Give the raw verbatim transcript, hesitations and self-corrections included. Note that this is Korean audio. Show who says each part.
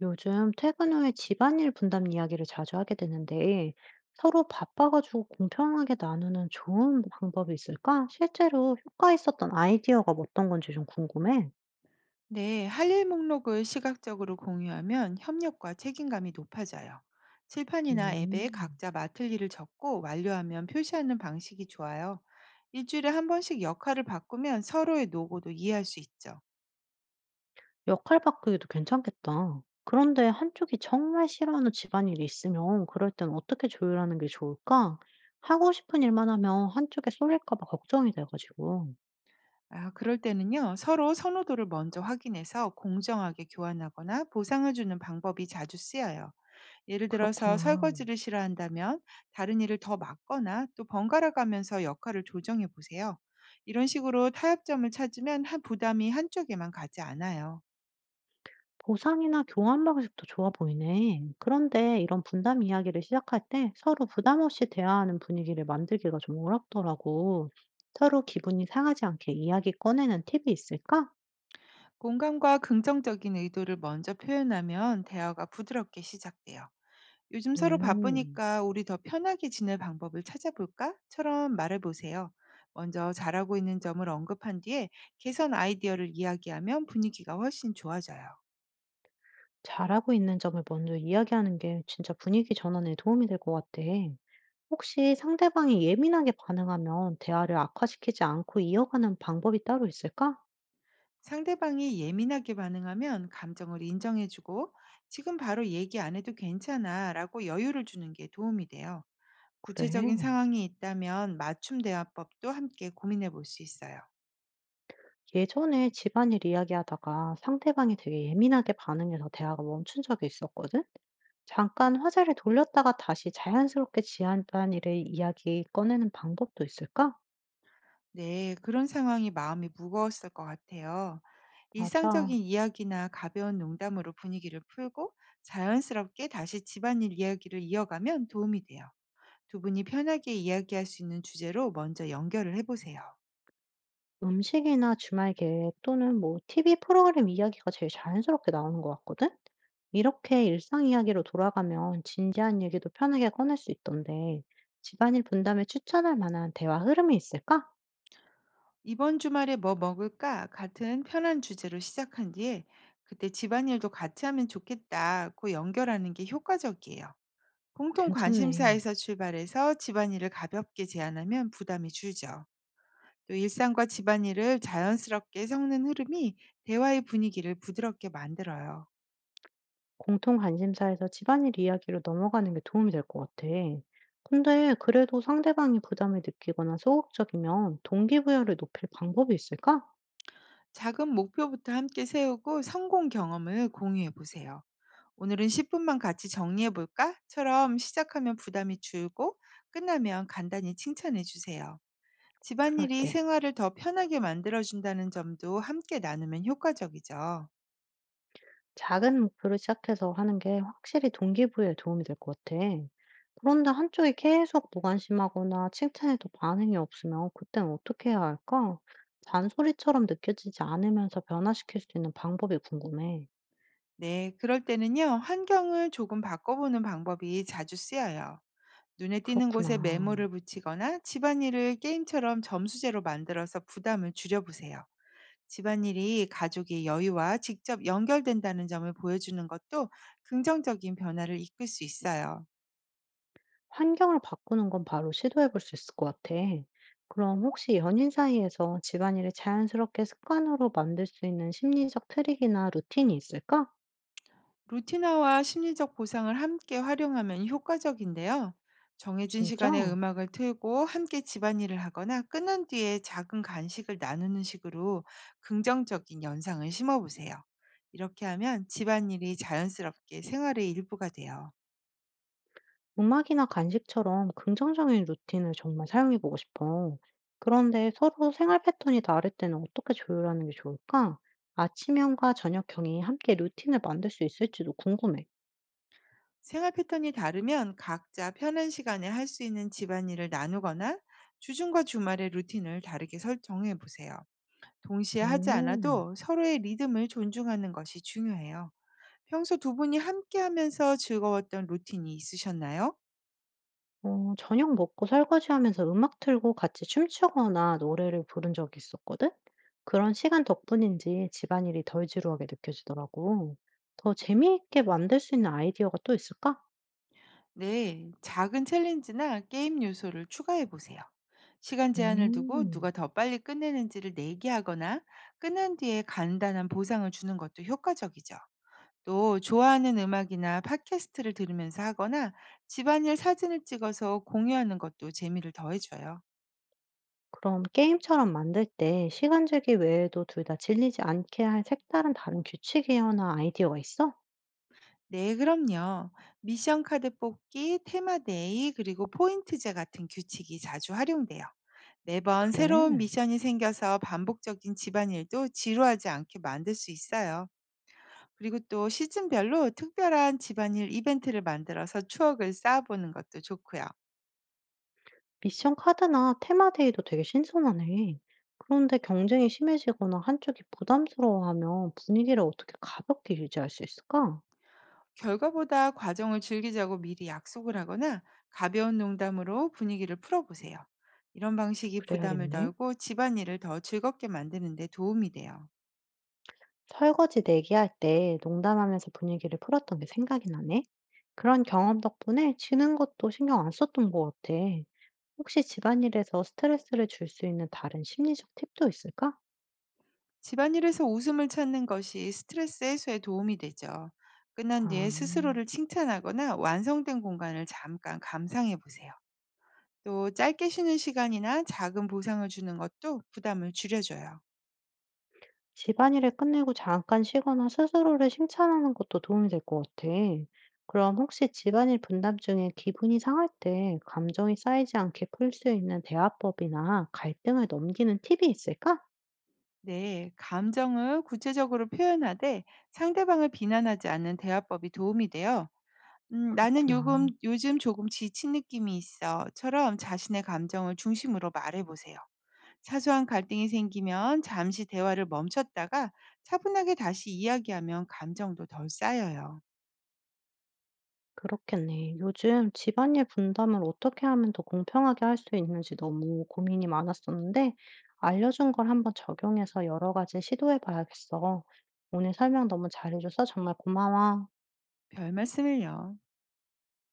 Speaker 1: 요즘 퇴근 후에 집안일 분담 이야기를 자주 하게 되는데 서로 바빠가지고 공평하게 나누는 좋은 방법이 있을까? 실제로 효과 있었던 아이디어가 어떤 건지 좀 궁금해.
Speaker 2: 네, 할 일 목록을 시각적으로 공유하면 협력과 책임감이 높아져요. 칠판이나 앱에
Speaker 1: 음,
Speaker 2: 각자 맡을 일을 적고 완료하면 표시하는 방식이 좋아요. 일주일에 한 번씩 역할을 바꾸면 서로의 노고도 이해할 수 있죠.
Speaker 1: 역할 바꾸기도 괜찮겠다. 그런데 한쪽이 정말 싫어하는 집안일이 있으면 그럴 땐 어떻게 조율하는 게 좋을까? 하고 싶은 일만 하면 한쪽에 쏠릴까 봐 걱정이 돼가지고.
Speaker 2: 아, 그럴 때는요, 서로 선호도를 먼저 확인해서 공정하게 교환하거나 보상을 주는 방법이 자주 쓰여요. 예를 들어서
Speaker 1: 그렇구나.
Speaker 2: 설거지를 싫어한다면 다른 일을 더 맡거나 또 번갈아 가면서 역할을 조정해 보세요. 이런 식으로 타협점을 찾으면 한 부담이 한쪽에만 가지 않아요.
Speaker 1: 보상이나 교환 방식도 좋아 보이네. 그런데 이런 분담 이야기를 시작할 때 서로 부담 없이 대화하는 분위기를 만들기가 좀 어렵더라고. 서로 기분이 상하지 않게 이야기 꺼내는 팁이 있을까?
Speaker 2: 공감과 긍정적인 의도를 먼저 표현하면 대화가 부드럽게 시작돼요. 요즘 서로
Speaker 1: 음,
Speaker 2: 바쁘니까 우리 더 편하게 지낼 방법을 찾아볼까?처럼 말해보세요. 먼저 잘하고 있는 점을 언급한 뒤에 개선 아이디어를 이야기하면 분위기가 훨씬 좋아져요.
Speaker 1: 잘하고 있는 점을 먼저 이야기하는 게 진짜 분위기 전환에 도움이 될 것 같아. 혹시 상대방이 예민하게 반응하면 대화를 악화시키지 않고 이어가는 방법이 따로 있을까?
Speaker 2: 상대방이 예민하게 반응하면 감정을 인정해주고 지금 바로 얘기 안 해도 괜찮아 라고 여유를 주는 게 도움이 돼요. 구체적인
Speaker 1: 그래.
Speaker 2: 상황이 있다면 맞춤 대화법도 함께 고민해 볼 수 있어요.
Speaker 1: 예전에 집안일 이야기하다가 상대방이 되게 예민하게 반응해서 대화가 멈춘 적이 있었거든? 잠깐 화제를 돌렸다가 다시 자연스럽게 집안일의 이야기 꺼내는 방법도 있을까?
Speaker 2: 네, 그런 상황이 마음이 무거웠을 것 같아요.
Speaker 1: 맞아.
Speaker 2: 일상적인 이야기나 가벼운 농담으로 분위기를 풀고 자연스럽게 다시 집안일 이야기를 이어가면 도움이 돼요. 두 분이 편하게 이야기할 수 있는 주제로 먼저 연결을 해보세요.
Speaker 1: 음식이나 주말 계획 또는 뭐 티비 프로그램 이야기가 제일 자연스럽게 나오는 것 같거든? 이렇게 일상 이야기로 돌아가면 진지한 얘기도 편하게 꺼낼 수 있던데, 집안일 분담에 추천할 만한 대화 흐름이 있을까?
Speaker 2: 이번 주말에 뭐 먹을까? 같은 편한 주제로 시작한 뒤에 그때 집안일도 같이 하면 좋겠다고 연결하는 게 효과적이에요.
Speaker 1: 어,
Speaker 2: 공통
Speaker 1: 괜찮네.
Speaker 2: 관심사에서 출발해서 집안일을 가볍게 제안하면 부담이 줄죠. 또 일상과 집안일을 자연스럽게 섞는 흐름이 대화의 분위기를 부드럽게 만들어요.
Speaker 1: 공통 관심사에서 집안일 이야기로 넘어가는 게 도움이 될 것 같아. 근데 그래도 상대방이 부담을 느끼거나 소극적이면 동기부여를 높일 방법이 있을까?
Speaker 2: 작은 목표부터 함께 세우고 성공 경험을 공유해 보세요. 오늘은 십 분만 같이 정리해 볼까?처럼 시작하면 부담이 줄고 끝나면 간단히 칭찬해 주세요. 집안일이
Speaker 1: 그럴게.
Speaker 2: 생활을 더 편하게 만들어준다는 점도 함께 나누면 효과적이죠.
Speaker 1: 작은 목표를 시작해서 하는 게 확실히 동기부여에 도움이 될 것 같아. 그런데 한쪽이 계속 무관심하거나 칭찬에도 반응이 없으면 그땐 어떻게 해야 할까? 잔소리처럼 느껴지지 않으면서 변화시킬 수 있는 방법이 궁금해.
Speaker 2: 네, 그럴 때는요, 환경을 조금 바꿔보는 방법이 자주 쓰여요. 눈에 띄는 곳에
Speaker 1: 그렇구나.
Speaker 2: 메모를 붙이거나 집안일을 게임처럼 점수제로 만들어서 부담을 줄여보세요. 집안일이 가족의 여유와 직접 연결된다는 점을 보여주는 것도 긍정적인 변화를 이끌 수 있어요.
Speaker 1: 환경을 바꾸는 건 바로 시도해 볼 수 있을 것 같아. 그럼 혹시 연인 사이에서 집안일을 자연스럽게 습관으로 만들 수 있는 심리적 트릭이나 루틴이 있을까?
Speaker 2: 루틴화와 심리적 보상을 함께 활용하면 효과적인데요. 정해진
Speaker 1: 진짜?
Speaker 2: 시간에 음악을 틀고 함께 집안일을 하거나 끝난 뒤에 작은 간식을 나누는 식으로 긍정적인 연상을 심어보세요. 이렇게 하면 집안일이 자연스럽게 생활의 일부가 돼요.
Speaker 1: 음악이나 간식처럼 긍정적인 루틴을 정말 사용해 보고 싶어. 그런데 서로 생활 패턴이 다를 때는 어떻게 조율하는 게 좋을까? 아침형과 저녁형이 함께 루틴을 만들 수 있을지도 궁금해.
Speaker 2: 생활 패턴이 다르면 각자 편한 시간에 할 수 있는 집안일을 나누거나 주중과 주말의 루틴을 다르게 설정해 보세요. 동시에 하지
Speaker 1: 오.
Speaker 2: 않아도 서로의 리듬을 존중하는 것이 중요해요. 평소 두 분이 함께 하면서 즐거웠던 루틴이 있으셨나요?
Speaker 1: 어 저녁 먹고 설거지하면서 음악 틀고 같이 춤추거나 노래를 부른 적이 있었거든? 그런 시간 덕분인지 집안일이 덜 지루하게 느껴지더라고. 더 재미있게 만들 수 있는 아이디어가 또 있을까?
Speaker 2: 네, 작은 챌린지나 게임 요소를 추가해 보세요. 시간 제한을 두고
Speaker 1: 음.
Speaker 2: 누가 더 빨리 끝내는지를 내기하거나 끝난 뒤에 간단한 보상을 주는 것도 효과적이죠. 또 좋아하는 음악이나 팟캐스트를 들으면서 하거나 집안일 사진을 찍어서 공유하는 것도 재미를 더해줘요.
Speaker 1: 그럼 게임처럼 만들 때 시간 제기 외에도 둘 다 질리지 않게 할 색다른 다른 규칙이나 아이디어가 있어?
Speaker 2: 네, 그럼요. 미션 카드 뽑기, 테마데이, 그리고 포인트제 같은 규칙이 자주 활용돼요. 매번 새로운
Speaker 1: 그래.
Speaker 2: 미션이 생겨서 반복적인 집안일도 지루하지 않게 만들 수 있어요. 그리고 또 시즌별로 특별한 집안일 이벤트를 만들어서 추억을 쌓아보는 것도 좋고요.
Speaker 1: 미션 카드나 테마데이도 되게 신선하네. 그런데 경쟁이 심해지거나 한쪽이 부담스러워하면 분위기를 어떻게 가볍게 유지할 수 있을까?
Speaker 2: 결과보다 과정을 즐기자고 미리 약속을 하거나 가벼운 농담으로 분위기를 풀어보세요. 이런 방식이 부담을
Speaker 1: 그래야겠네.
Speaker 2: 덜고 집안일을 더 즐겁게 만드는 데 도움이 돼요.
Speaker 1: 설거지 내기할 때 농담하면서 분위기를 풀었던 게 생각이 나네. 그런 경험 덕분에 지는 것도 신경 안 썼던 것 같아. 혹시 집안일에서 스트레스를 줄 수 있는 다른 심리적 팁도 있을까?
Speaker 2: 집안일에서 웃음을 찾는 것이 스트레스 해소에 도움이 되죠. 끝난
Speaker 1: 아.
Speaker 2: 뒤에
Speaker 1: 음.
Speaker 2: 스스로를 칭찬하거나 완성된 공간을 잠깐 감상해 보세요. 또 짧게 쉬는 시간이나 작은 보상을 주는 것도 부담을 줄여줘요.
Speaker 1: 집안일을 끝내고 잠깐 쉬거나 스스로를 칭찬하는 것도 도움이 될 것 같아. 그럼 혹시 집안일 분담 중에 기분이 상할 때 감정이 쌓이지 않게 풀 수 있는 대화법이나 갈등을 넘기는 팁이 있을까?
Speaker 2: 네, 감정을 구체적으로 표현하되 상대방을 비난하지 않는 대화법이 도움이 돼요. 음, 나는 요금,
Speaker 1: 그렇구나.
Speaker 2: 요즘 조금 지친 느낌이 있어.처럼 자신의 감정을 중심으로 말해보세요. 사소한 갈등이 생기면 잠시 대화를 멈췄다가 차분하게 다시 이야기하면 감정도 덜 쌓여요.
Speaker 1: 그렇겠네. 요즘 집안일 분담을 어떻게 하면 더 공평하게 할 수 있는지 너무 고민이 많았었는데, 알려준 걸 한번 적용해서 여러 가지 시도해 봐야겠어. 오늘 설명 너무 잘해줘서 정말 고마워.
Speaker 2: 별 말씀을요.